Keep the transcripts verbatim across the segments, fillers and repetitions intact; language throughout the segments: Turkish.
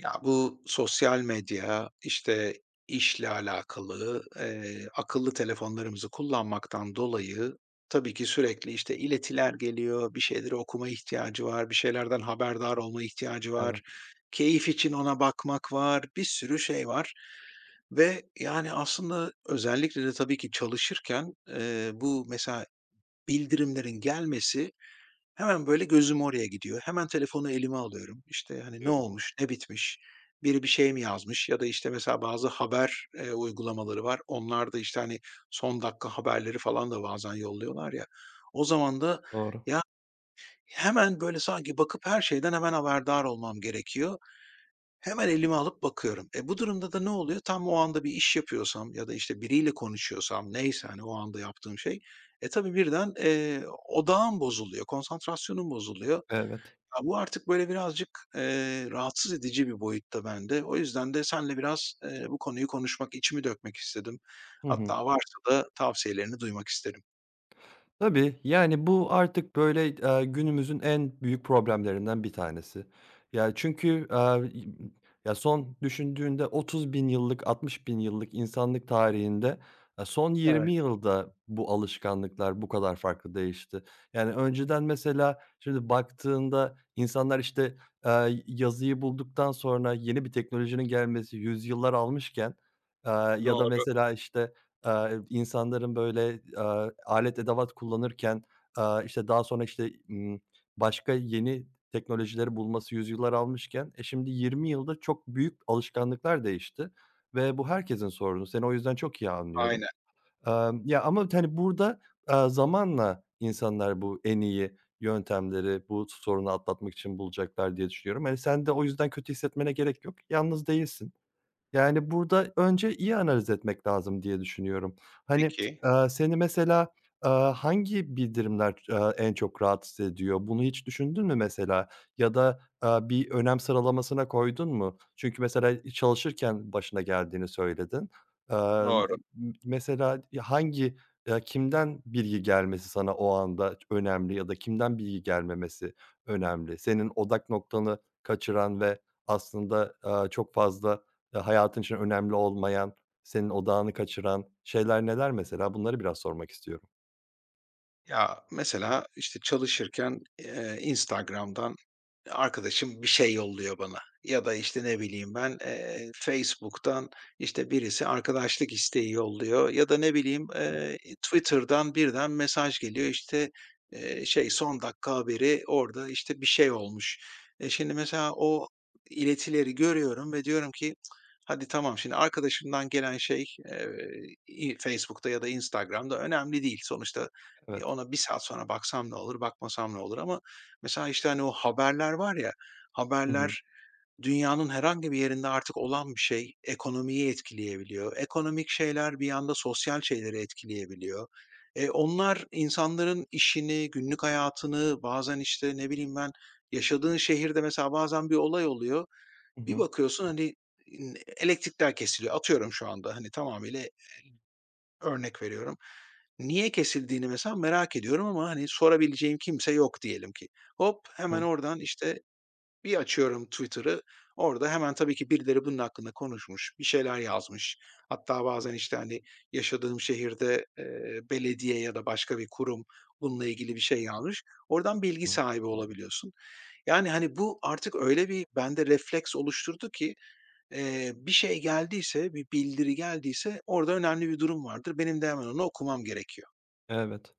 Ya, bu sosyal medya, işte, işle alakalı, eee, akıllı telefonlarımızı kullanmaktan dolayı tabii ki sürekli, işte, iletiler geliyor, bir şeyleri okuma ihtiyacı var, bir şeylerden haberdar olma ihtiyacı Evet, var, keyif için ona bakmak var, bir sürü şey var ve, yani, aslında özellikle de tabii ki çalışırken, eee, bu mesela bildirimlerin gelmesi hemen böyle gözüm oraya gidiyor. Hemen telefonu elime alıyorum. İşte, hani, ne biliyorum. olmuş, ne bitmiş, biri bir şey mi yazmış ya da, işte, mesela bazı haber, eee, uygulamaları var. Onlar da, işte, hani, son dakika haberleri falan da bazen yolluyorlar ya. O zaman da Doğru. ya hemen böyle sanki bakıp her şeyden hemen haberdar olmam gerekiyor. Hemen elime alıp bakıyorum. E, bu durumda da ne oluyor? Tam o anda bir iş yapıyorsam ya da, işte, biriyle konuşuyorsam neyse, hani, o anda yaptığım şey, e, tabii birden, eee, odağım bozuluyor, konsantrasyonum bozuluyor. Evet. Ya, bu artık, böyle, birazcık, eee, rahatsız edici bir boyutta bende. O yüzden de seninle biraz, eee, bu konuyu konuşmak, içimi dökmek istedim. Hı hı. Hatta varsa da tavsiyelerini duymak isterim. Tabii, yani, bu artık, böyle, eee, günümüzün en büyük problemlerinden bir tanesi. Ya, çünkü, eee, ya, son düşündüğünde otuz bin yıllık, altmış bin yıllık insanlık tarihinde, eee, son Evet. yirmi yılda bu alışkanlıklar bu kadar farklı değişti. Yani, önceden mesela şimdi baktığında insanlar, işte, eee, yazıyı bulduktan sonra yeni bir teknolojinin gelmesi yüzyıllar almışken, eee, ya da Doğru, mesela, işte, Eee, insanların, böyle, eee, alet edevat kullanırken, eee, işte, daha sonra, işte, ımm, başka yeni teknolojileri bulması yüzyıllar almışken, e, şimdi yirmi yılda çok büyük alışkanlıklar değişti ve bu herkesin sorunu. Seni o yüzden çok iyi anlıyorum. aynen. Emm, ya, ama, hani, burada, eee, zamanla insanlar bu en iyi yöntemleri bu sorunu atlatmak için bulacaklar diye düşünüyorum. Hani, sen de o yüzden kötü hissetmene gerek yok. Yalnız değilsin. Yani, burada önce iyi analiz etmek lazım diye düşünüyorum. Hani, Peki, eee, seni mesela, aaa, hangi bildirimler, aaa, en çok rahatsız ediyor? Bunu hiç düşündün mü mesela? Ya da, aaa, bir önem sıralamasına koydun mu? Çünkü mesela çalışırken başına geldiğini söyledin. Aaa, doğru. m mesela hangi, eee, kimden bilgi gelmesi sana o anda önemli ya da kimden bilgi gelmemesi önemli? Senin odak noktanı kaçıran ve aslında, aaa, çok fazla ya, hayatın için önemli olmayan, senin odağını kaçıran şeyler neler mesela? Bunları biraz sormak istiyorum. Ya, mesela, işte, çalışırken, eee, Instagram'dan arkadaşım bir şey yolluyor bana ya da, işte, ne bileyim ben, eee, Facebook'tan, işte, birisi arkadaşlık isteği yolluyor ya da ne bileyim, eee, Twitter'dan birden mesaj geliyor, işte, eee, şey, son dakika haberi orada, işte, bir şey olmuş. E, şimdi mesela o iletileri görüyorum ve diyorum ki "Cık, hadi tamam şimdi arkadaşımdan gelen şey, eee, i Facebook'ta ya da Instagram'da önemli değil. Sonuçta, eee, Evet. ona bir saat sonra baksam ne olur, bakmasam ne olur ama mesela, işte, hani, o haberler var ya, Hı hı. haberler dünyanın herhangi bir yerinde artık olan bir şey ekonomiyi etkileyebiliyor. Ekonomik şeyler bir anda sosyal şeyleri etkileyebiliyor. Eee, onlar insanların işini, günlük hayatını, bazen, işte, ne bileyim ben, yaşadığın şehirde mesela bazen bir olay oluyor. Hı Bir hı. bakıyorsun, hani, n elektrikler kesiliyor. Atıyorum şu anda, hani, tamamıyla örnek veriyorum. Niye kesildiğini mesela merak ediyorum ama, hani, sorabileceğim kimse yok diyelim ki. Hop, hemen oradan, işte, bir açıyorum Twitter'ı, orada hemen tabii ki birileri bunun hakkında konuşmuş, bir şeyler yazmış. Hatta bazen, işte, hani, yaşadığım şehirde, eee, belediye ya da başka bir kurum bununla ilgili bir şey yazmış. Oradan bilgi Hı. sahibi olabiliyorsun. Yani, hani, bu artık öyle bir bende refleks oluşturdu ki, eee, bir şey geldiyse, bir bildiri geldiyse orada önemli bir durum vardır. Benim de hemen onu okumam gerekiyor. Evet.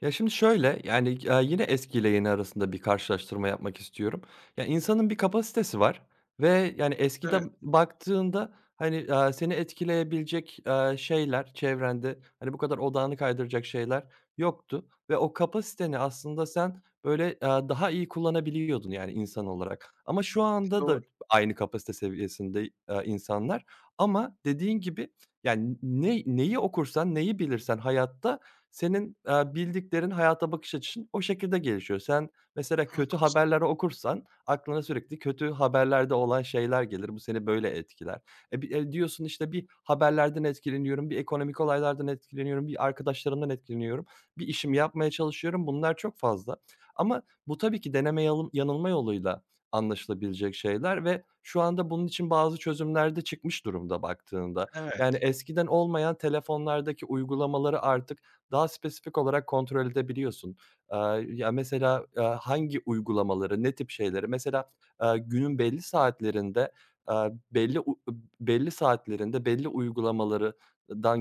Ya, şimdi şöyle, yani, eee, yine eskiyle yeni arasında bir karşılaştırma yapmak istiyorum. Ya, insanın bir kapasitesi var ve, yani, eskide Evet, baktığında, hani, eee, seni etkileyebilecek, eee, şeyler çevrende, hani, bu kadar odağını kaydıracak şeyler yoktu ve o kapasiteni aslında sen, böyle, eee, daha iyi kullanabiliyordun, yani, insan olarak. Ama şu anda doğru. da aynı kapasite seviyesinde, eee, insanlar ama dediğin gibi, yani, ne neyi okursan, neyi bilirsen hayatta senin, eee, bildiklerin hayata bakış açın o şekilde gelişiyor. Sen mesela kötü Haklısın. haberleri okursan aklına sürekli kötü haberlerde olan şeyler gelir. Bu seni böyle etkiler. E, bi e, diyorsun, işte, bir haberlerden etkileniyorum, bir ekonomik olaylardan etkileniyorum, bir arkadaşlarımdan etkileniyorum, bir işimi yapmaya çalışıyorum. Bunlar çok fazla ama bu tabii ki deneme yalım yanılma yoluyla anlaşılabilecek şeyler ve şu anda bunun için bazı çözümler de çıkmış durumda baktığında. Evet, Yani eskiden olmayan telefonlardaki uygulamaları artık daha spesifik olarak kontrol edebiliyorsun. Eee, ya, mesela, eee, hangi uygulamaları, ne tip şeyleri mesela, eee, günün belli saatlerinde, eee, belli u belli saatlerinde belli uygulamaları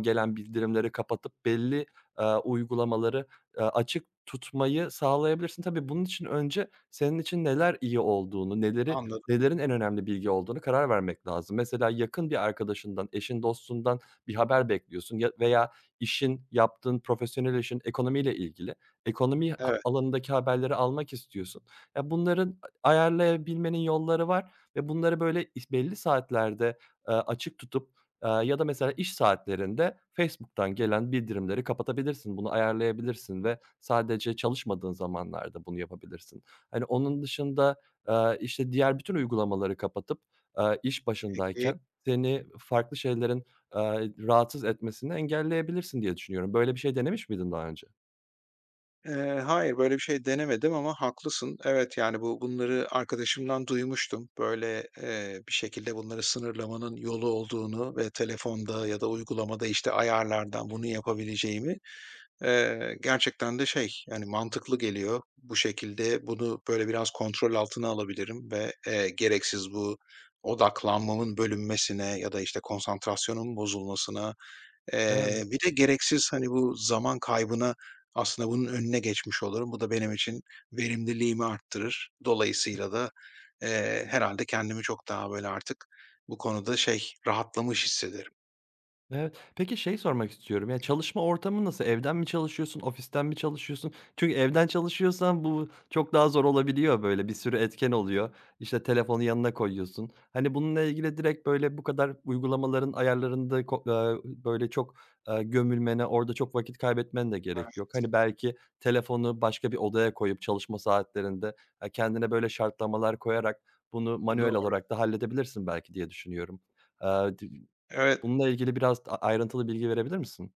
gelen bildirimleri kapatıp belli, eee, uygulamaları, eee, açık tutmayı sağlayabilirsin. Tabii bunun için önce senin için neler iyi olduğunu, neleri anladım. nelerin en önemli bilgi olduğunu karar vermek lazım. Mesela yakın bir arkadaşından, eşin, dostundan bir haber bekliyorsun ya veya işin, yaptığın profesyonel işin ekonomiyle ilgili. Ekonomi a Evet, alanındaki haberleri almak istiyorsun. Ya, bunların a ayarlayabilmenin yolları var ve bunları, böyle, is belli saatlerde, eee, açık tutup, eee, ya da mesela iş saatlerinde Facebook'tan gelen bildirimleri kapatabilirsin. Bunu ayarlayabilirsin ve sadece çalışmadığın zamanlarda bunu yapabilirsin. Hani, onun dışında, eee, işte, diğer bütün uygulamaları kapatıp, eee, iş peki. başındayken seni farklı şeylerin Eee, rahatsız etmesini engelleyebilirsin diye düşünüyorum. Böyle bir şey denemiş miydin daha önce? Eee, hayır, böyle bir şey denemedim ama haklısın. Evet, yani, bu bunları arkadaşımdan duymuştum. Böyle, eee, bir şekilde bunları sınırlamanın yolu olduğunu ve telefonda ya da uygulamada, işte, ayarlardan bunu yapabileceğimi, eee, gerçekten de şey, yani, mantıklı geliyor. Bu şekilde bunu, böyle, biraz kontrol altına alabilirim ve, eee, gereksiz bu odaklanmamın bölünmesine ya da, işte, konsantrasyonun bozulmasına. Evet. Eee, bir de gereksiz, hani, bu zaman kaybına aslında bunun önüne geçmiş olurum. Bu da benim için verimliliğimi arttırır. Dolayısıyla da, eee, herhâlde kendimi çok daha, böyle, artık bu konuda şey, rahatlamış hissederim. Evet. Peki şey sormak istiyorum, ya, çalışma ortamı nasıl? Evden mi çalışıyorsun, ofisten mi çalışıyorsun? Çünkü evden çalışıyorsan bu çok daha zor olabiliyor böyle, bir sürü etken oluyor. İşte, telefonu yanına koyuyorsun. Hani, bununla ilgili direkt, böyle, bu kadar uygulamaların ayarlarında ko aaa, böyle, çok, aaa, gömülmene, orada çok vakit kaybetmen de gerek Evet, yok. Hani, belki telefonu başka bir odaya koyup çalışma saatlerinde, aaa, kendine böyle şartlamalar koyarak bunu manuel doğru. olarak da halledebilirsin belki diye düşünüyorum. Aaa, Evet. Bununla ilgili biraz a ayrıntılı bilgi verebilir misin?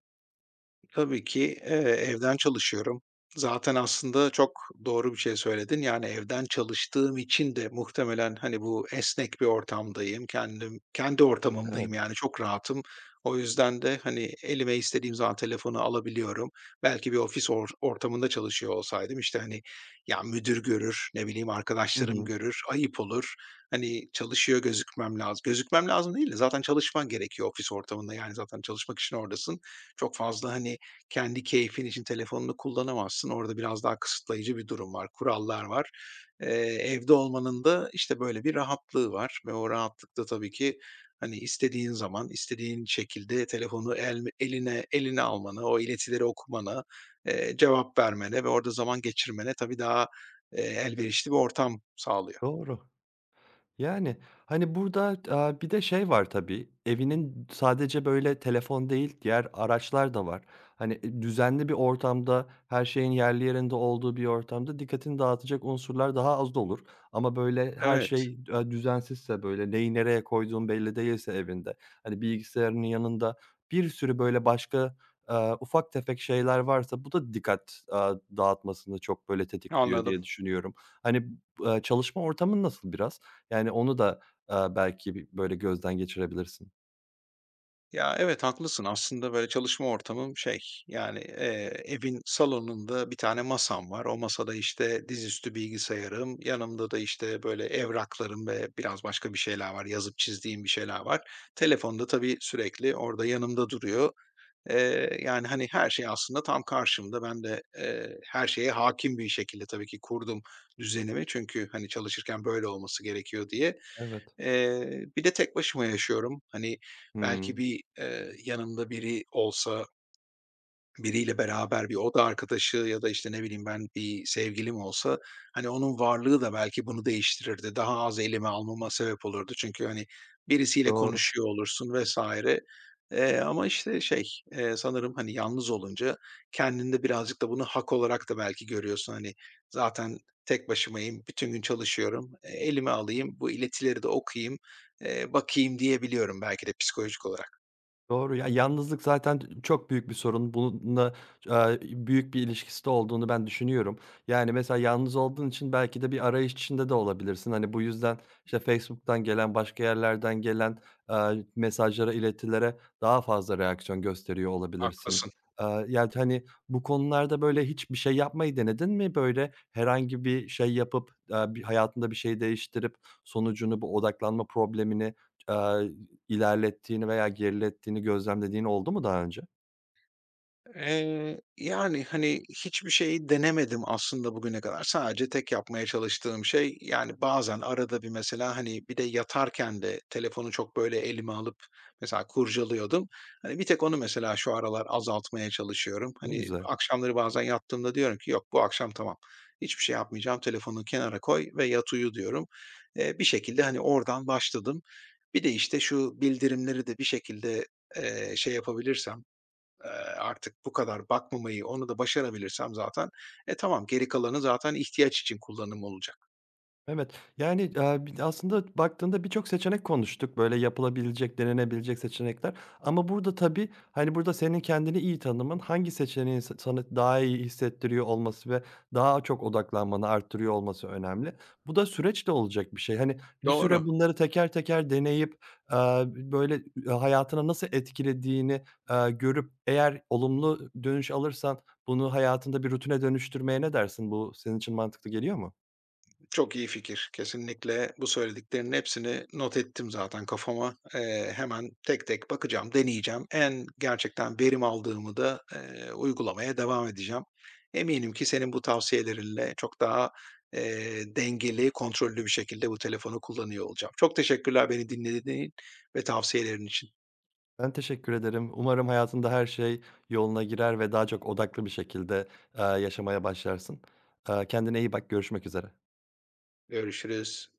Tabii ki, eee, evden çalışıyorum. Zaten aslında çok doğru bir şey söyledin. Yani, evden çalıştığım için de muhtemelen, hani, bu esnek bir ortamdayım. Kendim kendi Evet. ortamımdayım, yani, çok rahatım. O yüzden de, hani, elime istediğim zaman telefonu alabiliyorum. Belki bir ofis or ortamında çalışıyor olsaydım, işte, hani, ya, müdür görür, ne bileyim, Hı arkadaşlarım hı. görür, ayıp olur. Hani, çalışıyor gözükmem lazım. Gözükmem lazım değil de zaten çalışman gerekiyor ofis ortamında, yani, zaten çalışmak için oradasın. Çok fazla, hani, kendi keyfin için telefonunu kullanamazsın. Orada biraz daha kısıtlayıcı bir durum var, kurallar var. Eee, evde olmanın da, işte, böyle bir rahatlığı var ve o rahatlıkta tabii ki, hani, istediğin zaman, istediğin şekilde telefonu el eline eline almana, o iletileri okumana, eee, cevap vermene ve orada zaman geçirmene tabii daha, eee, elverişli bir ortam sağlıyor. Doğru. Yani, hani, burada, aaa, bir de şey var tabii, evinin sadece böyle telefon değil, diğer araçlar da var. Hani, e, düzenli bir ortamda, her şeyin yerli yerinde olduğu bir ortamda dikkatini dağıtacak unsurlar daha az da olur. Ama böyle her Evet, şey, aaa, düzensizse, böyle neyi nereye koyduğun belli değilse evinde, hani, bilgisayarının yanında bir sürü böyle başka, aaa, ufak tefek şeyler varsa bu da dikkat, aaa, dağıtmasını çok böyle tetikliyor anladım. diye düşünüyorum. Hani, b çalışma ortamın nasıl biraz? Yani onu da, aaa, belki bir böyle gözden geçirebilirsin. Ya, evet, haklısın. Aslında, böyle, çalışma ortamım şey, yani, eee, evin salonunda bir tane masam var. O masada, işte, dizüstü bilgisayarım, yanımda da, işte, böyle, evraklarım ve biraz başka bir şeyler var, yazıp çizdiğim bir şeyler var. Telefon da tabii sürekli orada yanımda duruyor. Eee, yani, hani, her şey aslında tam karşımda. Ben de, eee, her şeye hakim bir şekilde tabii ki kurdum düzenimi çünkü, hani, çalışırken böyle olması gerekiyor diye. Evet. Eee, bir de tek başıma yaşıyorum. Hani, belki Hımm. bir, eee, yanımda biri olsa, biriyle beraber bir oda arkadaşı ya da, işte, ne bileyim ben, bir sevgilim olsa, hani, onun varlığı da belki bunu değiştirirdi. Daha az elime almama sebep olurdu. Çünkü, hani, birisiyle Doğru. konuşuyor olursun vesaire. Eee, ama, işte, şey, eee, sanırım, hani, yalnız olunca kendinde birazcık da bunu hak olarak da belki görüyorsun. Hani, zaten tek başımayım, bütün gün çalışıyorum, e, elime alayım, bu iletileri de okuyayım, eee, bakayım diyebiliyorum belki de psikolojik olarak. Doğru ya, yalnızlık zaten çok büyük bir sorun. Bununla, eee, büyük bir ilişkisi de olduğunu ben düşünüyorum. Yani, mesela yalnız olduğun için belki de bir arayış içinde de olabilirsin. Hani, bu yüzden, işte, Facebook'tan gelen, başka yerlerden gelen, eee, mesajlara, iletilere daha fazla reaksiyon gösteriyor olabilirsin. Haklısın. Eee, yani, hani, bu konularda, böyle, hiçbir şey yapmayı denedin mi? Böyle, herhangi bir şey yapıp, eee, bir hayatında bir şey değiştirip sonucunu, bu odaklanma problemini, İlerlettiğini veya gerilettiğini gözlemlediğin oldu mu daha önce? Eee, yani, hani, hiçbir şeyi denemedim aslında bugüne kadar. Sadece tek yapmaya çalıştığım şey, yani, bazen arada bir mesela, hani, bir de yatarken de telefonu çok böyle elime alıp mesela kurcalıyordum. Hani, bir tek onu mesela şu aralar azaltmaya çalışıyorum. Ne Hani, güzel. akşamları bazen yattığımda diyorum ki "Yok, bu akşam tamam. Hiçbir şey yapmayacağım. Telefonu kenara koy ve yat uyu." diyorum. Eee, bir şekilde, hani, oradan başladım. Bir de, işte, şu bildirimleri de bir şekilde, eee, şey yapabilirsem, eee, artık bu kadar bakmamayı, onu da başarabilirsem zaten, e, tamam geri kalanı zaten ihtiyaç için kullanım olacak. Evet, yani, eee, bi aslında baktığında birçok seçenek konuştuk. Böyle yapılabilecek, denenebilecek seçenekler ama burada tabii, hani, burada senin kendini iyi tanıman, hangi seçeneğin sa sana daha iyi hissettiriyor olması ve daha çok odaklanmanı arttırıyor olması önemli. Bu da süreçle olacak bir şey. Hani, bir süre Doğru. bunları teker teker deneyip, eee, böyle, eee, hayatına nasıl etkilediğini, eee, görüp eğer olumlu dönüş alırsan bunu hayatında bir rutine dönüştürmeye ne dersin? Bu senin için mantıklı geliyor mu? Çok iyi fikir. Kesinlikle bu söylediklerinin hepsini not ettim zaten kafama. Eee, hemen tek tek bakacağım, deneyeceğim. En gerçekten verim aldığımı da, eee, uygulamaya devam edeceğim. Eminim ki senin bu tavsiyelerinle çok daha, eee, dengeli, kontrollü bir şekilde bu telefonu kullanıyor olacağım. Çok teşekkürler beni dinlediğin ve tavsiyelerin için. Ben teşekkür ederim. Umarım hayatında her şey yoluna girer ve daha çok odaklı bir şekilde, eee, yaşamaya başlarsın. Eee, kendine iyi bak, görüşmek üzere. Görüşürüz.